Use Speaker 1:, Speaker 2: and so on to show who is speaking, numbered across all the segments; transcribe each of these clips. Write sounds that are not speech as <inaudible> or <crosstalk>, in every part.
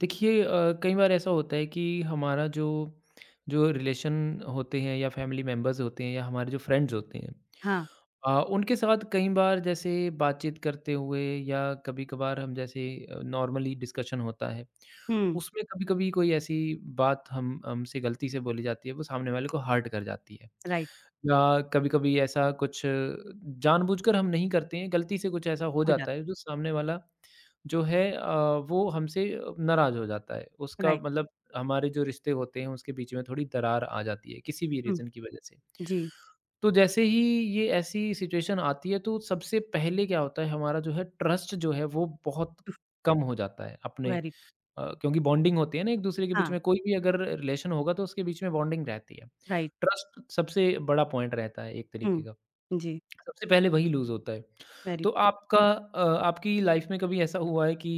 Speaker 1: देखिए कई बार ऐसा होता है कि हमारा जो जो रिलेशन होते हैं या फैमिली मेम्बर्स होते हैं या हमारे जो फ्रेंड्स होते हैं,
Speaker 2: हाँ,
Speaker 1: उनके साथ कई बार जैसे बातचीत करते हुए या कभी-कभार हम जैसे नॉर्मली डिस्कशन होता है,
Speaker 2: हुँ,
Speaker 1: उसमें कभी-कभी कोई ऐसी बात हम हमसे गलती से बोली जाती है, वो सामने वाले को हर्ट कर जाती है।
Speaker 2: राइट,
Speaker 1: या कभी-कभी ऐसा कुछ जानबूझकर हम नहीं करते हैं, गलती से कुछ ऐसा हो
Speaker 2: हो
Speaker 1: जाता है
Speaker 2: जाता
Speaker 1: जो सामने वाला जो है, वो हमसे नाराज़ हो जाता है। उसका
Speaker 2: राइट,
Speaker 1: मतलब हमारे जो रिश्ते होते हैं, उसके बीच में थोड़ी दरार आ जाती है, किसी भी
Speaker 2: हुँ,
Speaker 1: रीज़न की वजह से।
Speaker 2: जी,
Speaker 1: तो जैसे ही ये ऐसी सिचुएशन आती है तो सबसे पहले क्या होता है हमारा जो है ट्रस्ट जो है वो बहुत कम हो जाता है अपने,
Speaker 2: वेरी
Speaker 1: क्योंकि बॉन्डिंग होती है ना, एक दूसरे के
Speaker 2: हाँ,
Speaker 1: बीच में कोई भी अगर रिलेशन होगा तो उसके बीच में बॉन्डिंग रहती है।
Speaker 2: राइट,
Speaker 1: ट्रस्ट सबसे बड़ा पॉइंट रहता है एक तरीके
Speaker 2: हुँ,
Speaker 1: का।
Speaker 2: जी,
Speaker 1: सबसे पहले वही लूज होता है।
Speaker 2: वेरी
Speaker 1: तो
Speaker 2: ट्रू,
Speaker 1: आपका आपकी लाइफ में कभी ऐसा हुआ है कि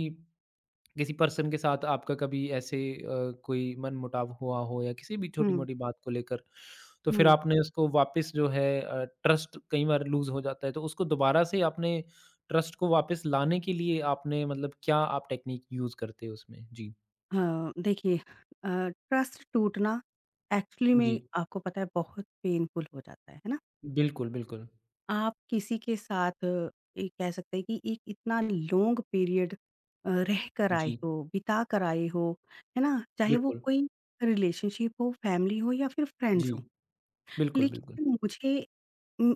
Speaker 1: किसी पर्सन के साथ आपका कभी ऐसे, कोई मनमुटाव हुआ हो या किसी भी
Speaker 2: हुँ,
Speaker 1: छोटी-मोटी बात को लेकर, तो फिर
Speaker 2: हुँ।
Speaker 1: आपने उसको वापस जो है, ट्रस्ट कई बार लूज़ हो जाता है, तो उसको दोबारा से आपने ट्रस्ट को वापस लाने के लिए आपने मतलब क्या आप टेक्नीक यूज़ करते हो उसमें? जी।
Speaker 2: हाँ, देखिए अ, ट्रस्ट टूटना एक्चुअली
Speaker 1: जी।
Speaker 2: में आपको पता है बहुत पेनफुल हो जाता है ना?
Speaker 1: बिल्कुल, बिल्कुल।
Speaker 2: आप किसी के साथ ये कह सकते हैं कि एक इतना लॉन्ग पीरियड रह कर आए
Speaker 1: जी,
Speaker 2: हो, बिता कर आए हो, है ना? चाहे वो
Speaker 1: बिल्कुल।
Speaker 2: कोई रिलेशनशिप हो, फैमिली हो या फिर फ्रेंड्स
Speaker 1: जी,
Speaker 2: हों।
Speaker 1: बिल्कुल, बिल्कुल।
Speaker 2: लेकिन मुझे उम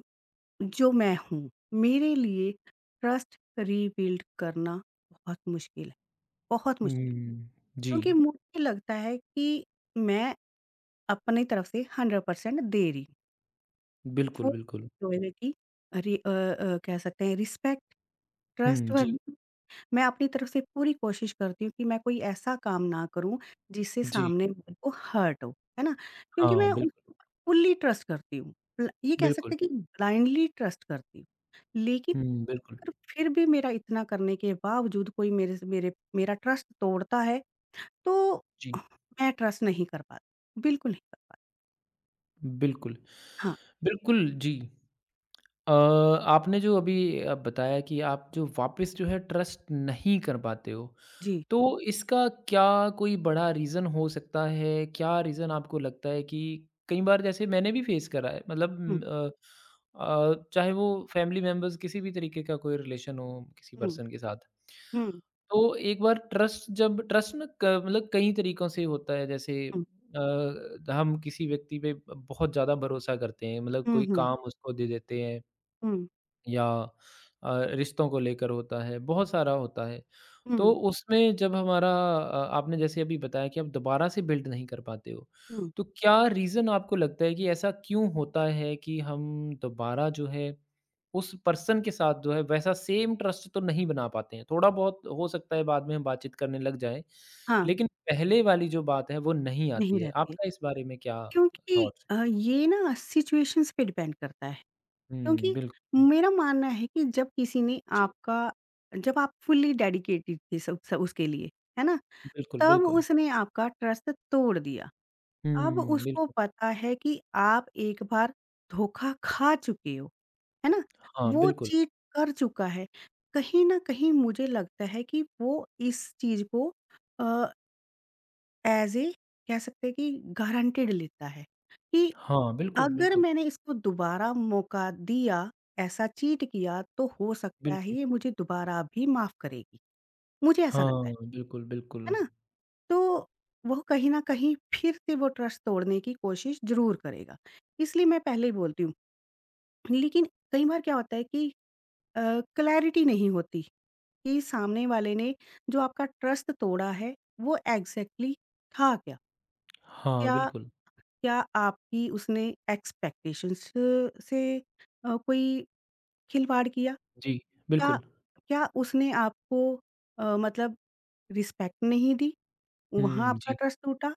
Speaker 2: जो मैं हूँ, मेरे लिए ट्रस्ट रीबिल्ड करना बहुत मुश्किल है, बहुत मुश्किल।
Speaker 1: हुँ, जी।
Speaker 2: क्योंकि मुझे लगता है कि मैं अपनी तरफ से 100% दे रही हूँ। फुल
Speaker 1: बिल्कुल, बिल्कुल।
Speaker 2: जो है कि कह सकते हैं रिस्पेक्ट,
Speaker 1: हुँ, जी,
Speaker 2: ट्रस्टवर्दी मैं अपनी तरफ से पूरी कोशिश करती हूँ कि मैं कोई ऐसा काम ना करूँ जिससे
Speaker 1: जी।
Speaker 2: सामने वाले को हर्ट हो, है ना? क्योंकि
Speaker 1: हाँ,
Speaker 2: मैं उस
Speaker 1: बिल्कुल,
Speaker 2: फुल्ली ट्रस्ट करती हूँ। ल ये कह
Speaker 1: बिल्कुल।
Speaker 2: सकते हैं कि ब्लाइंडली ट्रस्ट करती हूँ। लेकिन
Speaker 1: हुँ, बिल्कुल।
Speaker 2: अगर फिर भी मेरा इतना करने के बावजूद कोई मेरे से मेरे मेरा ट्रस्ट तोड़ता है तो
Speaker 1: जी।
Speaker 2: मैं ट्रस्ट नहीं कर पाती, बिल्कुल नहीं कर पाती।
Speaker 1: बिल्कुल।
Speaker 2: हाँ,
Speaker 1: बिल्कुल, जी। आपने जो अभी बताया कि आप जो वापस जो है ट्रस्ट नहीं कर पाते हो,
Speaker 2: जी।
Speaker 1: तो इसका क्या कोई बड़ा रीज़न हो सकता है? क्या रीज़न आपको लगता है कि कई बार जैसे मैंने भी फेस करा है, मतलब
Speaker 2: हुँ,
Speaker 1: चाहे वो फैमिली मेंबर्स किसी भी तरीके का कोई रिलेशन हो किसी
Speaker 2: हुँ,
Speaker 1: पर्सन के साथ।
Speaker 2: हुँ,
Speaker 1: तो एक बार ट्रस्ट जब ट्रस्ट ना क मतलब कई तरीकों से होता है जैसे,
Speaker 2: हुँ,
Speaker 1: हम किसी व्यक्ति पे बहुत ज़्यादा भरोसा करते हैं मतलब
Speaker 2: हुँ,
Speaker 1: कोई
Speaker 2: हुँ,
Speaker 1: काम उसको दे देते हैं
Speaker 2: हुँ,
Speaker 1: या रिश्तों को लेकर होता है, बहुत सारा होता है। तो
Speaker 2: हुँ,
Speaker 1: उसमें जब हमारा, आपने जैसे अभी बताया कि आप दोबारा से बिल्ड नहीं कर पाते हो,
Speaker 2: हुँ।
Speaker 1: तो क्या रीज़न आपको लगता है कि ऐसा क्यों होता है कि हम दोबारा जो है, उस पर्सन के साथ जो है वैसा सेम ट्रस्ट तो नहीं बना पाते हैं? थोड़ा बहुत हो सकता है बाद में हम बातचीत करने लग जाएँ,
Speaker 2: हाँ,
Speaker 1: लेकिन पहले वाली जो बात है वो नहीं
Speaker 2: नहीं
Speaker 1: आती है।
Speaker 2: रहती है।
Speaker 1: आपका इस बारे में क्या
Speaker 2: क्योंकि
Speaker 1: थॉट्स?
Speaker 2: ये ना सिचुएशंस पे डिपेंड करता है।
Speaker 1: हुँ,
Speaker 2: क्योंकि
Speaker 1: बिल्कुल, बिल्कुल।
Speaker 2: मेरा मानना है कि जब किसी ने
Speaker 1: जी,
Speaker 2: आपका जब आप फुल्ली डेडिकेटेड थे सब स उसके लिए, है ना?
Speaker 1: बिल्कुल,
Speaker 2: तब
Speaker 1: बिल्कुल।
Speaker 2: उसने आपका ट्रस्ट तोड़ दिया। अब
Speaker 1: हुँ,
Speaker 2: उसको
Speaker 1: बिल्कुल।
Speaker 2: पता है कि आप एक बार धोखा खा चुके हो, है ना?
Speaker 1: हाँ,
Speaker 2: वो
Speaker 1: बिल्कुल।
Speaker 2: चीट कर चुका है। कहीं न कहीं मुझे लगता है कि वो इस चीज़ को अ, एज़ ए कह सकते हैं कि गारंटेड लेता है कि
Speaker 1: हाँ, बिल्कुल,
Speaker 2: अगर
Speaker 1: बिल्कुल,
Speaker 2: मैंने इसको दोबारा मौका दिया, ऐसा चीट किया, तो हो सकता है
Speaker 1: बिल्कुल।
Speaker 2: ये मुझे दोबारा भी माफ़ करेगी। मुझे ऐसा
Speaker 1: हाँ,
Speaker 2: लगता है।
Speaker 1: बिल्कुल, बिल्कुल।
Speaker 2: है ना? तो वो कहीं न कहीं फिर से वो ट्रस्ट तोड़ने की कोशिश ज़रूर करेगा। इसलिए मैं पहले ही बोलती हूँ। लेकिन कई बार क्या होता है कि अ, क्लैरिटी नहीं होती कि सामने वाले ने जो आपका ट्रस्ट तोड़ा है, वो एग्ज़ैक्टली था क्या?
Speaker 1: हाँ,
Speaker 2: क्या
Speaker 1: बिल्कुल।
Speaker 2: क्या आपकी उसने एक्सपेक्टेशंस से कोई खिलवाड़ किया?
Speaker 1: जी,
Speaker 2: क्या
Speaker 1: बिल्कुल।
Speaker 2: क्या उसने आपको मतलब रिस्पेक्ट नहीं दी, वहाँ
Speaker 1: हुँ,
Speaker 2: आपका
Speaker 1: जी।
Speaker 2: ट्रस्ट टूटा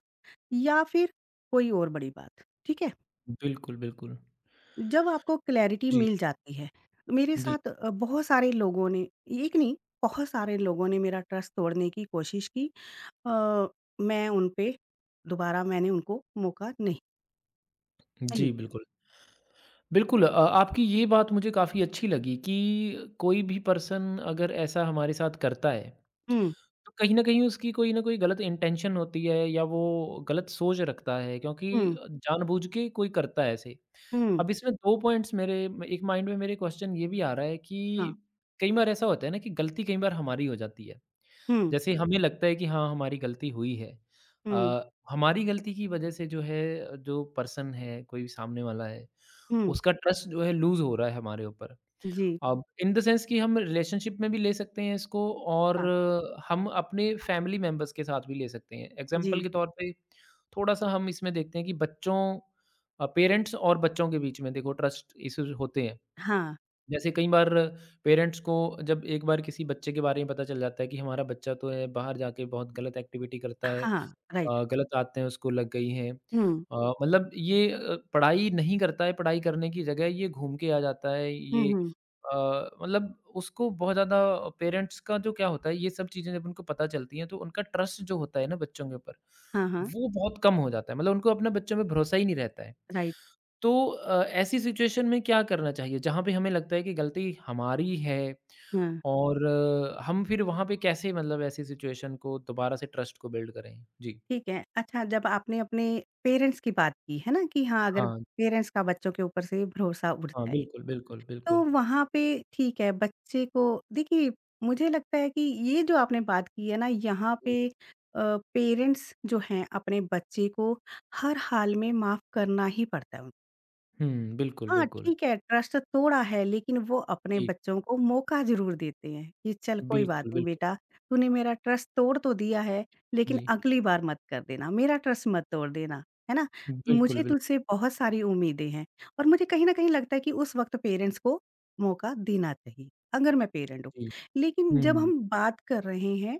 Speaker 2: या फिर कोई और बड़ी बात? ठीक है?
Speaker 1: बिल्कुल, बिल्कुल।
Speaker 2: जब आपको क्लैरिटी
Speaker 1: जी,
Speaker 2: मिल जाती है, मेरे
Speaker 1: जी,
Speaker 2: साथ बहुत सारे लोगों ने एक नहीं, बहुत सारे लोगों ने मेरा ट्रस्ट तोड़ने की कोशिश की अ, मैं उन पे दोबारा मैंने उनको मौका नहीं नहीं
Speaker 1: जी,
Speaker 2: दिया।
Speaker 1: बिल्कुल। बिल्कुल, आपकी ये बात मुझे काफ़ी अच्छी लगी कि कोई भी पर्सन अगर ऐसा हमारे साथ करता है,
Speaker 2: हुँ,
Speaker 1: तो कहीं न कहीं उसकी कोई न कोई गलत इंटेंशन होती है या वो गलत सोच रखता है, क्योंकि
Speaker 2: हुँ,
Speaker 1: जानबूझ के कोई करता है ऐसे।
Speaker 2: हुँ,
Speaker 1: अब इसमें 2 पॉइंट्स मेरे, एक माइंड में मेरे क्वेश्चन ये भी आ रहा है कि
Speaker 2: हाँ।
Speaker 1: कई बार ऐसा होता है ना कि गलती कई बार हमारी हो जाती है।
Speaker 2: हुँ,
Speaker 1: जैसे हमें लगता है कि हाँ, हमारी गलती हुई है।
Speaker 2: हुँ,
Speaker 1: हमारी गलती की वजह से जो है, जो पर्सन है, कोई सामने वाला है,
Speaker 2: हुँ,
Speaker 1: उसका ट्रस्ट जो है लूज़ हो रहा है हमारे ऊपर।
Speaker 2: जी,
Speaker 1: अब इन द सेंस कि हम रिलेशनशिप में भी ले सकते हैं इसको और
Speaker 2: हाँ,
Speaker 1: हम अपने फैमिली मेंबर्स के साथ भी ले सकते हैं। एग्ज़ाम्पल
Speaker 2: जी,
Speaker 1: के तौर पे थोड़ा-सा हम इसमें देखते हैं कि बच्चों, पेरेंट्स और बच्चों के बीच में देखो ट्रस्ट इश्यूज़ होते हैं।
Speaker 2: हाँ,
Speaker 1: जैसे कई बार पेरेंट्स को जब एक बार किसी बच्चे के बारे में पता चल जाता है कि हमारा बच्चा तो है बाहर जाके बहुत गलत एक्टिविटी करता है।
Speaker 2: हाँ, राइट,
Speaker 1: गलत आदतें उसको लग गई हैं।
Speaker 2: हुँ,
Speaker 1: मतलब ये, पढ़ाई नहीं करता है, पढ़ाई करने की जगह ये घूम के आ जाता है,
Speaker 2: हुँ,
Speaker 1: ये,
Speaker 2: हुँ,
Speaker 1: अ, मतलब उसको बहुत ज़्यादा पेरेंट्स का जो क्या होता है, ये सब चीज़ें जब उनको पता चलती हैं, तो उनका ट्रस्ट जो होता है ना बच्चों के ऊपर,
Speaker 2: हाँ, हाँ,
Speaker 1: वो बहुत कम हो जाता है। मतलब उनको अपने बच्चों में भरोसा ही नहीं रहता है।
Speaker 2: राइट,
Speaker 1: तो, ऐसी सिचुएशन में क्या करना चाहिए? जहाँ पे हमें लगता है कि गलती हमारी है,
Speaker 2: हाँ,
Speaker 1: और हम फिर वहाँ पे कैसे मतलब ऐसी सिचुएशन को दोबारा से ट्रस्ट को बिल्ड करें? जी।
Speaker 2: ठीक है। अच्छा जब आपने अपने पेरेंट्स की बात की, है ना? कि हाँ, अगर
Speaker 1: हाँ।
Speaker 2: पेरेंट्स का बच्चों के ऊपर से भरोसा उठ
Speaker 1: हाँ,
Speaker 2: जाए,
Speaker 1: बिल्कुल, बिल्कुल,
Speaker 2: तो
Speaker 1: बिल्कुल।
Speaker 2: वहाँ पे ठीक है, बच्चे को देखिए मुझे लगता है कि ये जो आपने बात की है ना, यहाँ
Speaker 1: जी।
Speaker 2: पे पेरेंट्स जो हैं अपने बच्चे को हर हाल में माफ़ करना ही पड़ता है उनको।
Speaker 1: हुँ, बिल्कुल,
Speaker 2: हाँ,
Speaker 1: बिल्कुल।
Speaker 2: ठीक है, ट्रस्ट थोड़ा है, लेकिन वो अपने
Speaker 1: जी,
Speaker 2: बच्चों को मौका ज़रूर देते हैं कि चल कोई बात
Speaker 1: बिल्कुल,
Speaker 2: नहीं
Speaker 1: बिल्कुल।
Speaker 2: बेटा, तूने मेरा ट्रस्ट तोड़ तो दिया है, लेकिन
Speaker 1: जी,
Speaker 2: अगली बार मत कर देना, मेरा ट्रस्ट मत तोड़ देना, है ना? मुझे
Speaker 1: बिल्कुल, बिल्कुल।
Speaker 2: तुझसे बहुत सारी उम्मीदें हैं और मुझे कहीं न कहीं लगता है कि उस वक़्त पेरेंट्स को मौका देना चाहिए, अगर मैं पेरेंट हूँ।
Speaker 1: जी,
Speaker 2: लेकिन जब
Speaker 1: हुँ,
Speaker 2: हम बात कर रहे हैं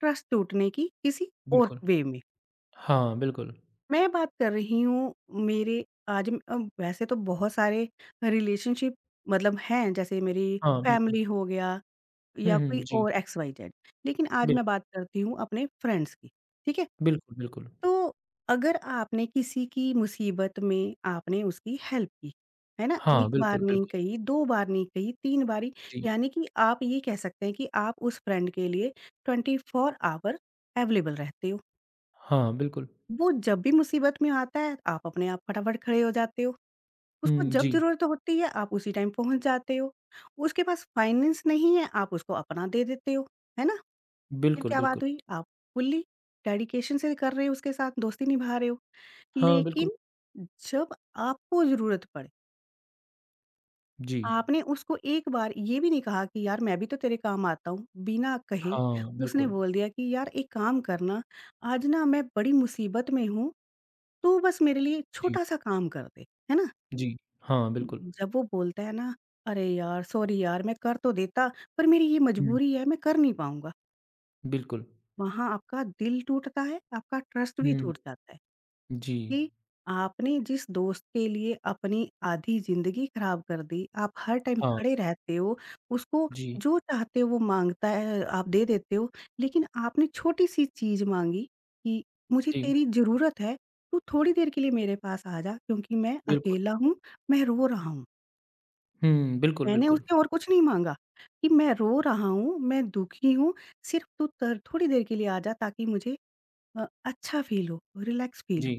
Speaker 2: ट्रस्ट टूटने की किसी और
Speaker 1: बिल्कुल।
Speaker 2: वे में
Speaker 1: हाँ, बिल्कुल।
Speaker 2: मैं बात कर रही हूँ मेरे आज वैसे तो बहुत सारे रिलेशनशिप मतलब हैं, जैसे मेरी
Speaker 1: हाँ, बिल्कुल।
Speaker 2: फैमिली हो गया या
Speaker 1: हुँ, हुँ,
Speaker 2: कोई
Speaker 1: जी,
Speaker 2: और एक्स, वाई, जेड। लेकिन आज मैं
Speaker 1: बिल्कुल,
Speaker 2: बात करती हूँ अपने फ्रेंड्स की, ठीक है?
Speaker 1: बिल्कुल, बिल्कुल।
Speaker 2: तो अगर आपने किसी की मुसीबत में आपने उसकी हेल्प की, है ना?
Speaker 1: हाँ,
Speaker 2: 1 बार
Speaker 1: बिल्कुल,
Speaker 2: नहीं
Speaker 1: बिल्कुल।
Speaker 2: कही, 2 बार नहीं कही, 3 बारी
Speaker 1: जी,
Speaker 2: यानी कि आप ये कह सकते हैं कि आप उस फ्रेंड के लिए 24 आवर अवेलेबल रहते हो।
Speaker 1: हाँ, बिल्कुल।
Speaker 2: वो जब भी मुसीबत में आता है, आप अपने आप फटाफट खड़े हो जाते हो। उसको
Speaker 1: हुँ,
Speaker 2: जब
Speaker 1: जी,
Speaker 2: ज़रूरत होती है, आप उसी टाइम पहुँच जाते हो। उसके पास फाइनेंस नहीं है, आप उसको अपना दे देते हो। है ना? फिर
Speaker 1: बिल्कुल,
Speaker 2: क्या बात
Speaker 1: बिल्कुल।
Speaker 2: हुई? आप फुल्ली डेडिकेशन से कर रहे हो उसके साथ, दोस्ती निभा रहे हो।
Speaker 1: हाँ, बिल्कुल।
Speaker 2: लेकिन जब आपको ज़रूरत पड़े,
Speaker 1: जी,
Speaker 2: आपने उसको एक बार ये भी नहीं कहा कि यार मैं भी तो तेरे काम आता हूँ, बिना कहे
Speaker 1: हाँ,
Speaker 2: उसने
Speaker 1: बिल्कुल।
Speaker 2: बोल दिया कि यार एक काम करना, आज ना मैं बड़ी मुसीबत में हूँ तू बस मेरे लिए
Speaker 1: जी,
Speaker 2: छोटा-सा काम कर दे, है ना?
Speaker 1: जी, हाँ, बिल्कुल।
Speaker 2: जब वो बोलता है ना, "अरे यार! सॉरी यार, मैं कर तो देता, पर मेरी ये
Speaker 1: हुँ,
Speaker 2: मजबूरी है, मैं कर नहीं पाऊँगा।"
Speaker 1: बिल्कुल।
Speaker 2: वहाँ आपका दिल टूटता है, आपका ट्रस्ट भी
Speaker 1: हुँ,
Speaker 2: टूट जाता है।
Speaker 1: जी,
Speaker 2: कि आपने जिस दोस्त के लिए अपनी आधी ज़िंदगी ख़राब कर दी, आप हर टाइम
Speaker 1: हाँ,
Speaker 2: खड़े रहते हो, उसको
Speaker 1: जी,
Speaker 2: जो चाहते हो वो माँगता है, आप दे देते हो, लेकिन आपने छोटी-सी चीज़ माँगी कि मुझे
Speaker 1: जी,
Speaker 2: तेरी ज़रूरत है, तू थोड़ी देर के लिए मेरे पास आ जा क्योंकि मैं
Speaker 1: बिल्कुल।
Speaker 2: अकेला हूँ, मैं रो रहा हूँ।
Speaker 1: हुँ, बिल्कुल,
Speaker 2: मैंने
Speaker 1: बिल्कुल।
Speaker 2: उससे और कुछ नहीं माँगा कि मैं रो रहा हूँ, मैं दुखी हूँ, सिर्फ़ तू त थोड़ी देर के लिए आ जा ताकि मुझे अच्छा फ़ील हो, रिलैक्स फ़ील हो।
Speaker 1: जी,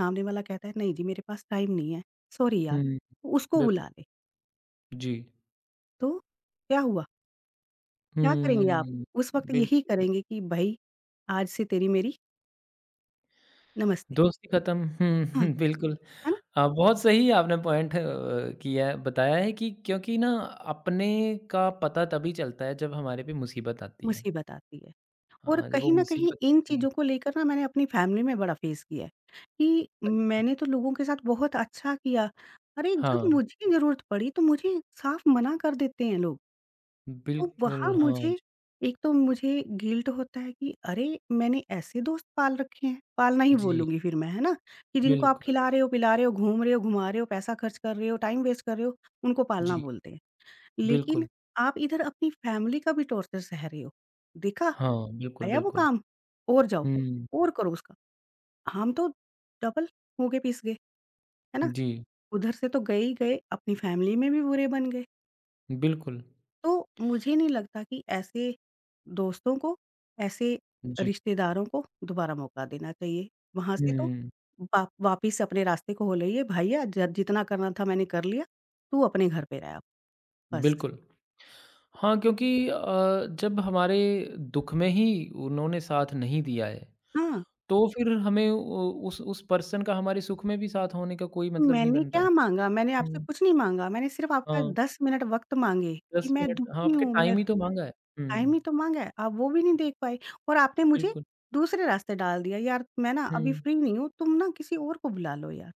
Speaker 2: सामने वाला कहता है, "नहीं जी, मेरे पास टाइम नहीं है, सॉरी यार।"
Speaker 1: हुँ,
Speaker 2: तो उसको बुला
Speaker 1: बिल्कुल।
Speaker 2: ले,
Speaker 1: जी।
Speaker 2: तो क्या हुआ? क्या करेंगे आप?
Speaker 1: हुँ,
Speaker 2: उस वक़्त यही
Speaker 1: बिल्कुल। बिल्कुल।
Speaker 2: करेंगे कि भाई, आज से तेरी मेरी नमस्ते।
Speaker 1: दोस्ती खत्म, हुँ,
Speaker 2: हाँ,
Speaker 1: हुँ, <laughs> बिल्कुल।
Speaker 2: है ना?
Speaker 1: बहुत सही आपने पॉइंट किया है, बताया है कि क्योंकि ना अपने का पता तभी चलता है जब हमारे पे मुसीबत आती है।
Speaker 2: मुसीबत आती है और
Speaker 1: हाँ, जब वो
Speaker 2: कहीं न कहीं
Speaker 1: मुसीबत।
Speaker 2: इन
Speaker 1: जी,
Speaker 2: चीज़ों को लेकर ना मैंने अपनी फैमिली में बड़ा फेस किया है कि
Speaker 1: अच्छा।
Speaker 2: मैंने तो लोगों के साथ बहुत अच्छा किया। अरे, जब
Speaker 1: हाँ,
Speaker 2: मुझे ज़रूरत पड़ी, तो मुझे साफ मना कर देते हैं लोग। तो वहाँ
Speaker 1: बिल्कुल। हाँ,
Speaker 2: मुझे एक तो मुझे गिल्ट होता है कि अरे! मैंने ऐसे दोस्त पाल रखे हैं, पालना ही
Speaker 1: जी,
Speaker 2: बोलूँगी फिर मैं, है ना? कि जिनको आप
Speaker 1: बिल्कुल,
Speaker 2: खिला रहे हो, पिला रहे हो, घूम रहे हो, घुमा रहे हो, पैसा खर्च कर रहे हो, टाइम वेस्ट कर रहे हो, उनको पालना
Speaker 1: जी,
Speaker 2: बोलते हैं। लेकिन
Speaker 1: बिल्कुल।
Speaker 2: आप इधर अपनी फैमिली का भी टॉर्चर सह रहे हो। देखा,
Speaker 1: हाँ, बिल्कुल,
Speaker 2: आया वो
Speaker 1: बिल्कुल।
Speaker 2: काम? और जाओ,
Speaker 1: हुँ,
Speaker 2: और करो उसका। हम तो डबल हो गए, पिस गए, है ना?
Speaker 1: जी,
Speaker 2: उधर से तो गए ही गए, अपनी फैमिली में भी बुरे बन गए।
Speaker 1: बिल्कुल,
Speaker 2: तो मुझे नहीं लगता कि ऐसे दोस्तों को, ऐसे
Speaker 1: जी।
Speaker 2: रिश्तेदारों को दोबारा मौका देना चाहिए। वहाँ से तो
Speaker 1: हुँ।
Speaker 2: वापिस अपने रास्ते को हो लिए, भैया ज जितना करना था मैंने कर लिया, तू अपने घर पे रह अब, बस।
Speaker 1: बिल्कुल। हाँ, क्योंकि, जब हमारे दुःख में ही उन्होंने साथ नहीं दिया है,
Speaker 2: हाँ,
Speaker 1: तो फिर हमें उ उस पर्सन का हमारे सुख में भी साथ होने का कोई
Speaker 2: तो
Speaker 1: मतलब नहीं
Speaker 2: मैंने
Speaker 1: बनता है।
Speaker 2: क्या माँगा? मैंने आपसे
Speaker 1: हुँ,
Speaker 2: कुछ नहीं माँगा, मैंने सिर्फ़ आपका
Speaker 1: हाँ,
Speaker 2: 10 मिनट वक़्त माँगे कि
Speaker 1: 10
Speaker 2: मैं
Speaker 1: मिनट हाँ,
Speaker 2: दुखी
Speaker 1: आपके
Speaker 2: हूँ, मैं
Speaker 1: टाइम ही
Speaker 2: दु
Speaker 1: तो माँगा है।
Speaker 2: टाइम
Speaker 1: हुँ,
Speaker 2: ही तो माँगा है, आप वो भी नहीं देख पाए और आपने मुझे
Speaker 1: बिल्कुल।
Speaker 2: दूसरे रास्ते डाल दिया, यार मैं ना अभी
Speaker 1: हुँ,
Speaker 2: फ्री नहीं हूँ, तुम ना किसी और को बुला लो यार,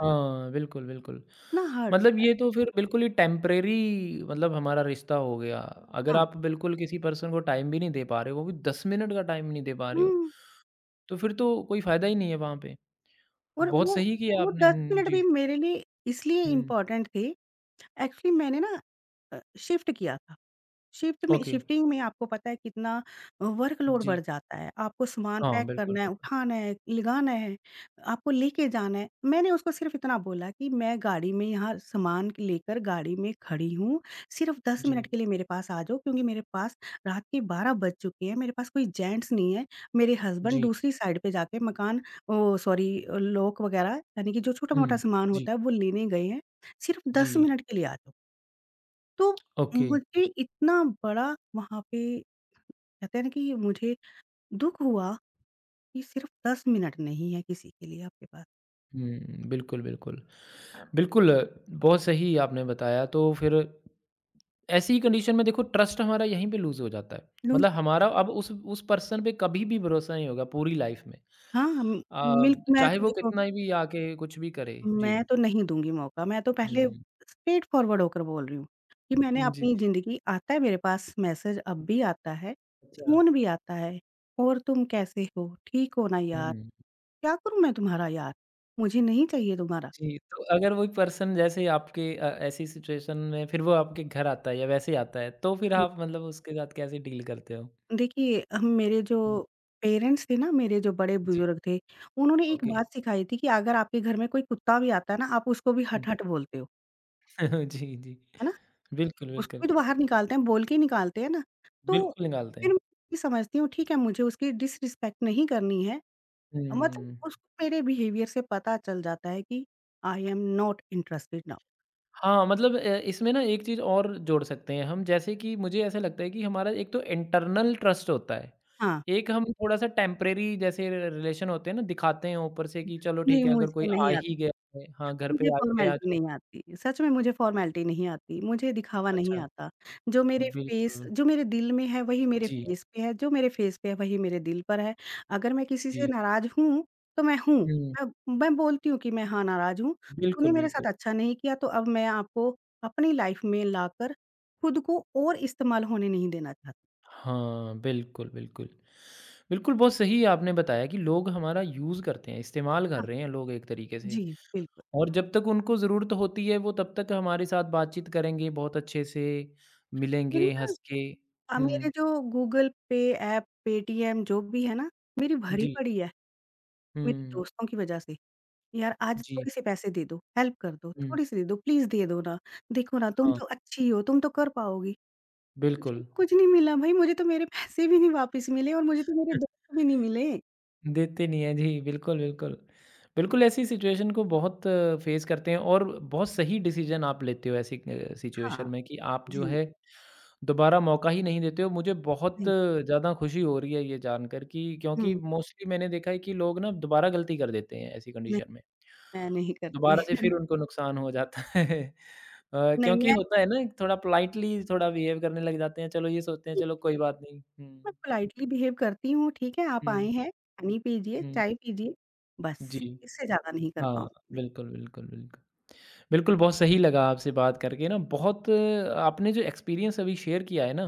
Speaker 1: हाँ, बिल्कुल, बिल्कुल।
Speaker 2: इतना हर्ट
Speaker 1: मतलब
Speaker 2: होता है।
Speaker 1: ये तो फिर बिल्कुल ही टेम्परेरी मतलब हमारा रिश्ता हो गया। अगर
Speaker 2: हाँ।
Speaker 1: आप बिल्कुल किसी पर्सन को टाइम भी नहीं दे पा रहे हो, वो भी 10 मिनट का टाइम नहीं दे पा रहे हो,
Speaker 2: हुँ,
Speaker 1: तो फिर तो कोई फ़ायदा ही नहीं है वहाँ पे। तो
Speaker 2: और
Speaker 1: बहुत
Speaker 2: वो
Speaker 1: सही किया
Speaker 2: वो
Speaker 1: आपने।
Speaker 2: 10
Speaker 1: हुँ,
Speaker 2: मिनट
Speaker 1: जी।
Speaker 2: भी मेरे लिए इसलिए
Speaker 1: हुँ,
Speaker 2: इम्पोर्टेंट थे, एक्चुअली मैंने ना अ, शिफ्ट किया था।
Speaker 1: ओके।
Speaker 2: शिफ्टिंग में आपको पता है कितना वर्कलोड बढ़
Speaker 1: जी।
Speaker 2: जाता है। आपको सामान
Speaker 1: हाँ,
Speaker 2: पैक
Speaker 1: बिल्कुल,
Speaker 2: करना है,
Speaker 1: बिल्कुल।
Speaker 2: उठाना है, लगाना है, आपको लेके जाना है। मैंने उसको सिर्फ़ इतना बोला कि मैं गाड़ी में यहाँ सामान लेकर गाड़ी में खड़ी हूँ, सिर्फ़ 10 मिनट
Speaker 1: जी,
Speaker 2: के लिए मेरे पास आ जाओ क्योंकि मेरे पास रात के 12 बज चुके हैं, मेरे पास कोई जेंट्स नहीं है। मेरे हस्बैंड
Speaker 1: जी।
Speaker 2: दूसरी साइड पे जाके मकान ओ सॉरी लॉक वग़ैरह यानी कि जो छोटा-मोटा
Speaker 1: हुँ,
Speaker 2: सामान
Speaker 1: जी,
Speaker 2: होता है वो लेने गए हैं। सिर्फ़
Speaker 1: जी।
Speaker 2: 10 मिनट के लिए आ जाओ। तो
Speaker 1: ओके।
Speaker 2: मुझे इतना बड़ा वहाँ पे कहते हैं ना कि मुझे दुःख हुआ कि सिर्फ़ 10 मिनट नहीं है किसी के लिए आपके पास।
Speaker 1: हुँ, बिल्कुल, बिल्कुल। बिल्कुल, बहुत सही आपने बताया, तो फिर ऐसी कंडीशन में देखो ट्रस्ट हमारा यहीं पे लूज़ हो जाता है।
Speaker 2: लूज़
Speaker 1: मतलब हमारा अब उस पर्सन पे कभी भी भरोसा नहीं होगा पूरी लाइफ़ में।
Speaker 2: हाँ, म मिल्क
Speaker 1: अ,
Speaker 2: मैं
Speaker 1: चाहे
Speaker 2: तो
Speaker 1: वो
Speaker 2: देखो
Speaker 1: कितना भी आके कुछ भी करे। जी।
Speaker 2: मैं तो नहीं दूँगी मौका, मैं तो पहले
Speaker 1: हुँ,
Speaker 2: स्ट्रेट फ़ॉरवर्ड होकर बोल रही हूँ कि मैंने
Speaker 1: जी।
Speaker 2: अपनी ज़िंदगी आता है मेरे पास मैसेज अब भी आता है,
Speaker 1: अच्छा।
Speaker 2: फ़ोन भी आता है, और तुम कैसे हो? ठीक हो ना
Speaker 1: हुँ।
Speaker 2: यार? क्या करूँ मैं तुम्हारा यार? मुझे नहीं चाहिए तुम्हारा।
Speaker 1: जी, तो अगर वो पर्सन जैसे आपके, ऐसी सिचुएशन में फिर वो आपके घर आता है या वैसे ही आता है, तो फिर आप मतलब उसके साथ कैसे डील करते हो?
Speaker 2: देखिए, हम मेरे जो
Speaker 1: हुँ,
Speaker 2: पेरेंट्स थे ना, मेरे जो
Speaker 1: जी,
Speaker 2: बड़े-बुज़ुर्ग थे, उन्होंने एक
Speaker 1: ओके।
Speaker 2: बात सिखाई थी कि अगर आपके घर में कोई कुत्ता भी आता है ना, आप उसको भी
Speaker 1: हुँ,
Speaker 2: हट, हट बोलते हो,
Speaker 1: <laughs> जी, जी।
Speaker 2: है ना?
Speaker 1: बिल्कुल,
Speaker 2: उसको
Speaker 1: बिल्कुल।
Speaker 2: भी तो बाहर निकालते हैं, बोल के ही निकालते हैं ना। तो
Speaker 1: बिल्कुल निकालते
Speaker 2: फिर
Speaker 1: हैं।
Speaker 2: मैं ये समझती हूँ ठीक है, मुझे उसकी डिसरिस्पेक्ट नहीं करनी है। मतलब
Speaker 1: हुँ।
Speaker 2: उसको मेरे बिहेवियर से पता चल जाता है कि I am not interested now.
Speaker 1: हाँ, मतलब, इसमें ना एक चीज़ और जोड़ सकते हैं हम, जैसे कि मुझे ऐसा लगता है कि हमारा एक तो इंटरनल ट्रस्ट होता है।
Speaker 2: हाँ,
Speaker 1: एक हम थोड़ा-सा टेम्परेरी जैसे र रिलेशन होते हैं ना, दिखाते हैं ऊपर से कि चलो
Speaker 2: नहीं
Speaker 1: ठीक है अगर
Speaker 2: मुझे
Speaker 1: कोई आ
Speaker 2: नहीं आता।
Speaker 1: ही गया है, हाँ, घर
Speaker 2: मुझे
Speaker 1: पे आ ही गया
Speaker 2: फ़ॉर्मेलिटी
Speaker 1: तो।
Speaker 2: नहीं आती, सच में मुझे फ़ॉर्मेलिटी नहीं आती, मुझे दिखावा नहीं
Speaker 1: अच्छा।
Speaker 2: आता।
Speaker 1: बिल्कुल।
Speaker 2: जो मेरे दिल में है वही मेरे
Speaker 1: जी,
Speaker 2: फ़ेस पे है, जो मेरे फ़ेस पे है वही मेरे दिल पर है। अगर मैं किसी से
Speaker 1: जी।
Speaker 2: नाराज़ हूँ, तो मैं हूँ,
Speaker 1: हुँ,
Speaker 2: मैं बोलती हूँ कि मैं हाँ, नाराज़ हूँ, तूने
Speaker 1: बिल्कुल,
Speaker 2: मेरे
Speaker 1: बिल्कुल।
Speaker 2: साथ अच्छा नहीं किया तो अब मैं आपको अपनी लाइफ़ में लाकर खुद को और इस्तेमाल होने नहीं देना चाहती।
Speaker 1: हाँ, बिल्कुल, बिल्कुल। बिल्कुल, बहुत सही आपने बताया कि लोग हमारा यूज़ करते हैं, इस्तेमाल
Speaker 2: हाँ,
Speaker 1: कर रहे हैं लोग एक तरीके से,
Speaker 2: जी, बिल्कुल।
Speaker 1: और जब तक उनको ज़रूरत होती है वो तब तक हमारे साथ बातचीत करेंगे, बहुत अच्छे से
Speaker 2: मेरी
Speaker 1: मिलेंगे,
Speaker 2: ना
Speaker 1: हँस के।
Speaker 2: मेरे
Speaker 1: हुँ,
Speaker 2: जो गूगल पे ऐप, पेटीएम जो भी है ना, मेरी भरी
Speaker 1: जी।
Speaker 2: पड़ी है, मेरे
Speaker 1: हुँ,
Speaker 2: दोस्तों की वज़ह से। यार आज
Speaker 1: जी।
Speaker 2: थोड़े-से पैसे दे दो, हेल्प कर दो,
Speaker 1: हुँ,
Speaker 2: थोड़ी-सी दे दो, प्लीज़ दे दो ना, देखो ना तुम
Speaker 1: हाँ,
Speaker 2: तो अच्छी हो, तुम तो कर पाओगी। मुझे तो
Speaker 1: बिल्कुल।
Speaker 2: कुछ नहीं मिला भाई, मुझे तो मेरे पैसे भी नहीं वापस मिले और मुझे तो मेरे दोस्त भी नहीं मिले।
Speaker 1: देते नहीं हैं। जी, बिल्कुल, बिल्कुल। बिल्कुल, ऐसी सिचुएशन को बहुत फेस करते हैं और बहुत सही डिसीज़न आप लेते हो ऐसी सिचुएशन
Speaker 2: हाँ,
Speaker 1: में कि आप जो
Speaker 2: जी,
Speaker 1: है दोबारा मौका ही नहीं देते हो। मुझे बहुत
Speaker 2: जी।
Speaker 1: ज़्यादा खुशी हो रही है ये जानकर, कि क्योंकि
Speaker 2: हुँ,
Speaker 1: मोस्टली मैंने देखा है कि लोग ना दोबारा गलती कर देते हैं ऐसी
Speaker 2: नहीं
Speaker 1: कंडीशन में।
Speaker 2: मैं नहीं करती।
Speaker 1: दोबारा से फिर
Speaker 2: <laughs>
Speaker 1: उनको नुकसान हो जाता है। <laughs>
Speaker 2: नहीं
Speaker 1: क्योंकि
Speaker 2: मैं
Speaker 1: होता है ना थोड़ा पोलाइटली थोड़ा बिहेव करने लग जाते हैं। चलो ये सोचते हैं
Speaker 2: ठीक
Speaker 1: चलो
Speaker 2: ठीक,
Speaker 1: कोई बात नहीं।
Speaker 2: मैं
Speaker 1: हुँ,
Speaker 2: पोलाइटली बिहेव करती हूँ, ठीक है आप आए
Speaker 1: हुँ,
Speaker 2: हैं, पानी पीजिए,
Speaker 1: हुँ।
Speaker 2: चाय पीजिए, बस
Speaker 1: जी।
Speaker 2: इससे ज़्यादा नहीं कर
Speaker 1: हाँ,
Speaker 2: पाऊँगी मैं।
Speaker 1: बिल्कुल, बिल्कुल, बिल्कुल। बिल्कुल, बहुत सही लगा आपसे बात करके ना, बहुत आपने जो एक्सपीरियंस अभी शेयर किया है ना,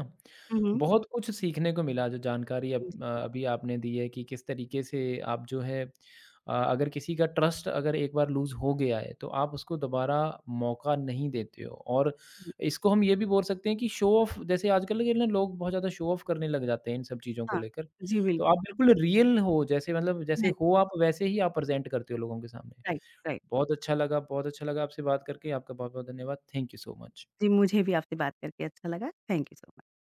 Speaker 2: हुँ, हुँ।
Speaker 1: बहुत कुछ सीखने को मिला, जो जानकारी अब अभी आपने दी है कि किस तरीके से आप जो है, अगर किसी का ट्रस्ट अगर एक बार लूज़ हो गया है, तो आप उसको दोबारा मौका नहीं देते हो, और
Speaker 2: जी,
Speaker 1: इसको हम ये भी बोल सकते हैं कि शो ऑफ, जैसे आजकल के ना लोग बहुत ज़्यादा शो ऑफ करने लग जाते हैं इन सब चीज़ों को
Speaker 2: हाँ,
Speaker 1: लेकर।
Speaker 2: जी
Speaker 1: तो
Speaker 2: बिल्कुल।
Speaker 1: आप बिल्कुल रियल हो, जैसे मतलब जैसे
Speaker 2: मैं
Speaker 1: हो आप वैसे ही आप प्रेज़ेंट करते हो लोगों के सामने।
Speaker 2: Right, right.
Speaker 1: बहुत अच्छा लगा, बहुत अच्छा लगा आपसे बात करके। आपका बहुत-बहुत धन्यवाद। Thank you so much.
Speaker 2: जी, मुझे भी आपसे बात करके अच्छा लगा। Thank you so much.